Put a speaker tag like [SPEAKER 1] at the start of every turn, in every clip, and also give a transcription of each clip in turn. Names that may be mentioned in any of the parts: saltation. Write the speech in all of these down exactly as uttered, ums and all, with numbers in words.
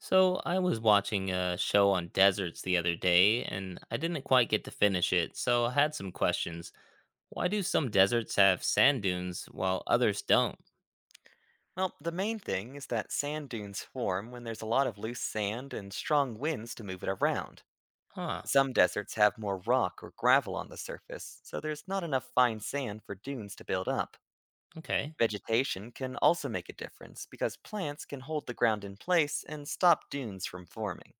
[SPEAKER 1] So, I was watching a show on deserts the other day, and I didn't quite get to finish it, so I had some questions. Why do some deserts have sand dunes while others don't?
[SPEAKER 2] Well, the main thing is that sand dunes form when there's a lot of loose sand and strong winds to move it around.
[SPEAKER 1] Huh,
[SPEAKER 2] Some deserts have more rock or gravel on the surface, so there's not enough fine sand for dunes to build up.
[SPEAKER 1] okay.
[SPEAKER 2] Vegetation can also make a difference because plants can hold the ground in place and stop dunes from forming.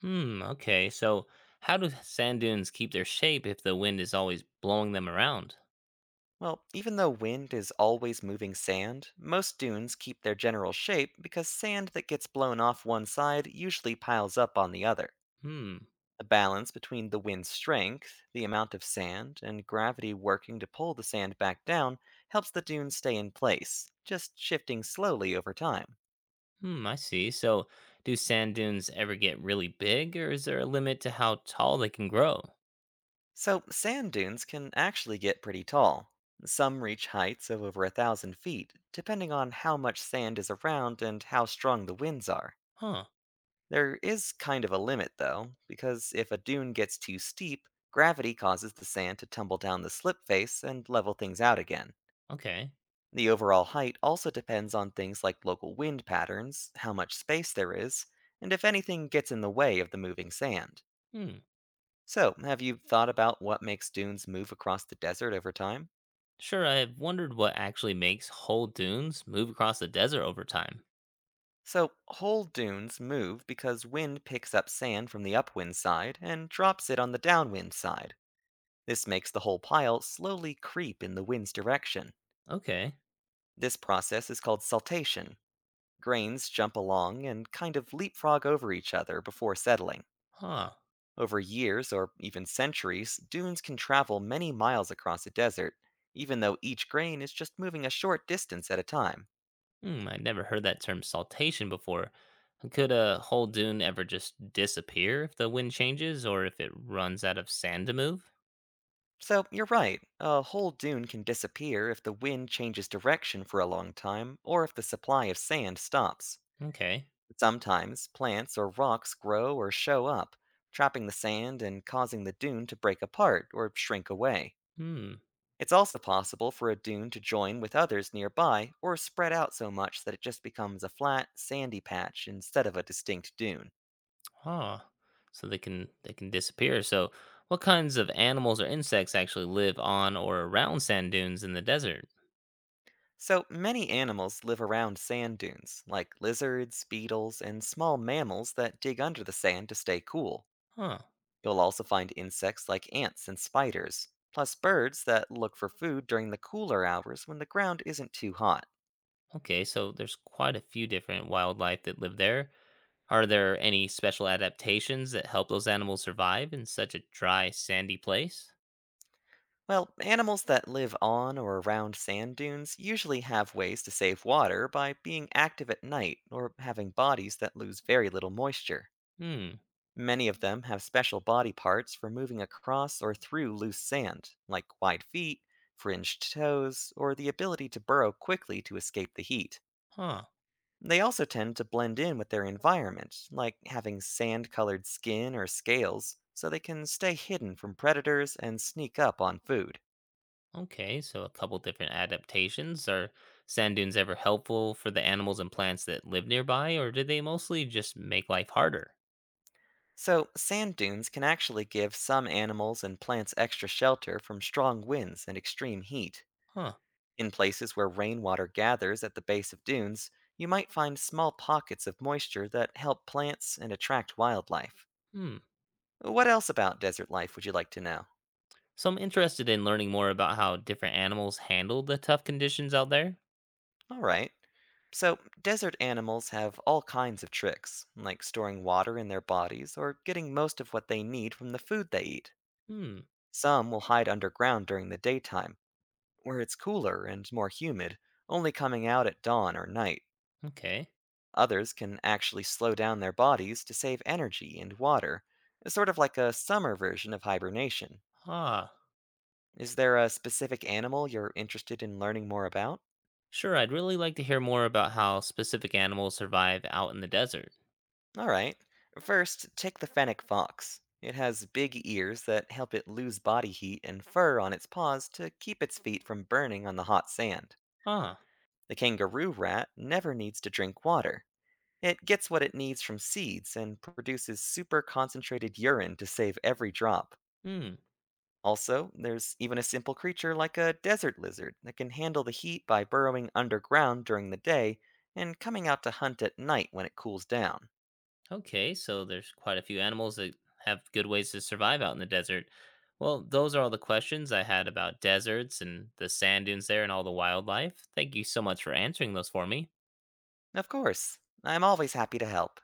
[SPEAKER 1] Hmm, okay. So, how do sand dunes keep their shape if the wind is always blowing them around?
[SPEAKER 2] Well, even though wind is always moving sand, most dunes keep their general shape because sand that gets blown off one side usually piles up on the other.
[SPEAKER 1] Hmm,
[SPEAKER 2] The balance between the wind's strength, the amount of sand, and gravity working to pull the sand back down helps the dune stay in place, just shifting slowly over time.
[SPEAKER 1] hmm, I see. So, do sand dunes ever get really big, or is there a limit to how tall they can grow?
[SPEAKER 2] So, sand dunes can actually get pretty tall. Some reach heights of over a thousand feet, depending on how much sand is around and how strong the winds are.
[SPEAKER 1] Huh,
[SPEAKER 2] There is kind of a limit, though, because if a dune gets too steep, gravity causes the sand to tumble down the slip face and level things out again.
[SPEAKER 1] okay.
[SPEAKER 2] The overall height also depends on things like local wind patterns, how much space there is, and if anything gets in the way of the moving sand.
[SPEAKER 1] Hmm.
[SPEAKER 2] So, have you thought about what makes dunes move across the desert over time?
[SPEAKER 1] Sure, I have wondered what actually makes whole dunes move across the desert over time.
[SPEAKER 2] So, whole dunes move because wind picks up sand from the upwind side and drops it on the downwind side. This makes the whole pile slowly creep in the wind's direction.
[SPEAKER 1] Okay.
[SPEAKER 2] This process is called saltation. Grains jump along and kind of leapfrog over each other before settling.
[SPEAKER 1] Huh.
[SPEAKER 2] Over years or even centuries, dunes can travel many miles across a desert, even though each grain is just moving a short distance at a time.
[SPEAKER 1] Hmm, I'd never heard that term saltation before. Could a whole dune ever just disappear if the wind changes or if it runs out of sand to move?
[SPEAKER 2] So, you're right, a whole dune can disappear if the wind changes direction for a long time or if the supply of sand stops.
[SPEAKER 1] Okay.
[SPEAKER 2] Sometimes, plants or rocks grow or show up, trapping the sand and causing the dune to break apart or shrink away.
[SPEAKER 1] Hmm.
[SPEAKER 2] It's also possible for a dune to join with others nearby or spread out so much that it just becomes a flat, sandy patch instead of a distinct dune.
[SPEAKER 1] Huh. So they can they can disappear. So what kinds of animals or insects actually live on or around sand dunes in the desert?
[SPEAKER 2] So, many animals live around sand dunes, like lizards, beetles, and small mammals that dig under the sand to stay cool.
[SPEAKER 1] Huh.
[SPEAKER 2] You'll also find insects like ants and spiders, plus birds that look for food during the cooler hours when the ground isn't too hot.
[SPEAKER 1] Okay, so there's quite a few different wildlife that live there. Are there any special adaptations that help those animals survive in such a dry, sandy place?
[SPEAKER 2] Well, animals that live on or around sand dunes usually have ways to save water by being active at night or having bodies that lose very little moisture.
[SPEAKER 1] Hmm.
[SPEAKER 2] Many of them have special body parts for moving across or through loose sand, like wide feet, fringed toes, or the ability to burrow quickly to escape the heat.
[SPEAKER 1] Huh.
[SPEAKER 2] They also tend to blend in with their environment, like having sand colored skin or scales, so they can stay hidden from predators and sneak up on food.
[SPEAKER 1] Okay, so a couple different adaptations. Are sand dunes ever helpful for the animals and plants that live nearby, or do they mostly just make life harder?
[SPEAKER 2] So, sand dunes can actually give some animals and plants extra shelter from strong winds and extreme heat.
[SPEAKER 1] Huh.
[SPEAKER 2] In places where rainwater gathers at the base of dunes, you might find small pockets of moisture that help plants and attract wildlife.
[SPEAKER 1] Hmm.
[SPEAKER 2] What else about desert life would you like to know?
[SPEAKER 1] So I'm interested in learning more about how different animals handle the tough conditions out there.
[SPEAKER 2] All right. So, desert animals have all kinds of tricks, like storing water in their bodies or getting most of what they need from the food they eat.
[SPEAKER 1] Hmm.
[SPEAKER 2] Some will hide underground during the daytime where it's cooler and more humid, only coming out at dawn or night.
[SPEAKER 1] Okay.
[SPEAKER 2] Others can actually slow down their bodies to save energy and water, sort of like a summer version of hibernation.
[SPEAKER 1] Ah.
[SPEAKER 2] Is there a specific animal you're interested in learning more about?
[SPEAKER 1] Sure, I'd really like to hear more about how specific animals survive out in the desert.
[SPEAKER 2] Alright, first, take the fennec fox. It has big ears that help it lose body heat and fur on its paws to keep its feet from burning on the hot sand.
[SPEAKER 1] Ah.
[SPEAKER 2] The kangaroo rat never needs to drink water. It gets what it needs from seeds and produces super concentrated urine to save every drop.
[SPEAKER 1] Hmm.
[SPEAKER 2] Also, there's even a simple creature like a desert lizard that can handle the heat by burrowing underground during the day and coming out to hunt at night when it cools down.
[SPEAKER 1] Okay, so there's quite a few animals that have good ways to survive out in the desert. Well, those are all the questions I had about deserts and the sand dunes there and all the wildlife. Thank you so much for answering those for me.
[SPEAKER 2] Of course, I'm always happy to help.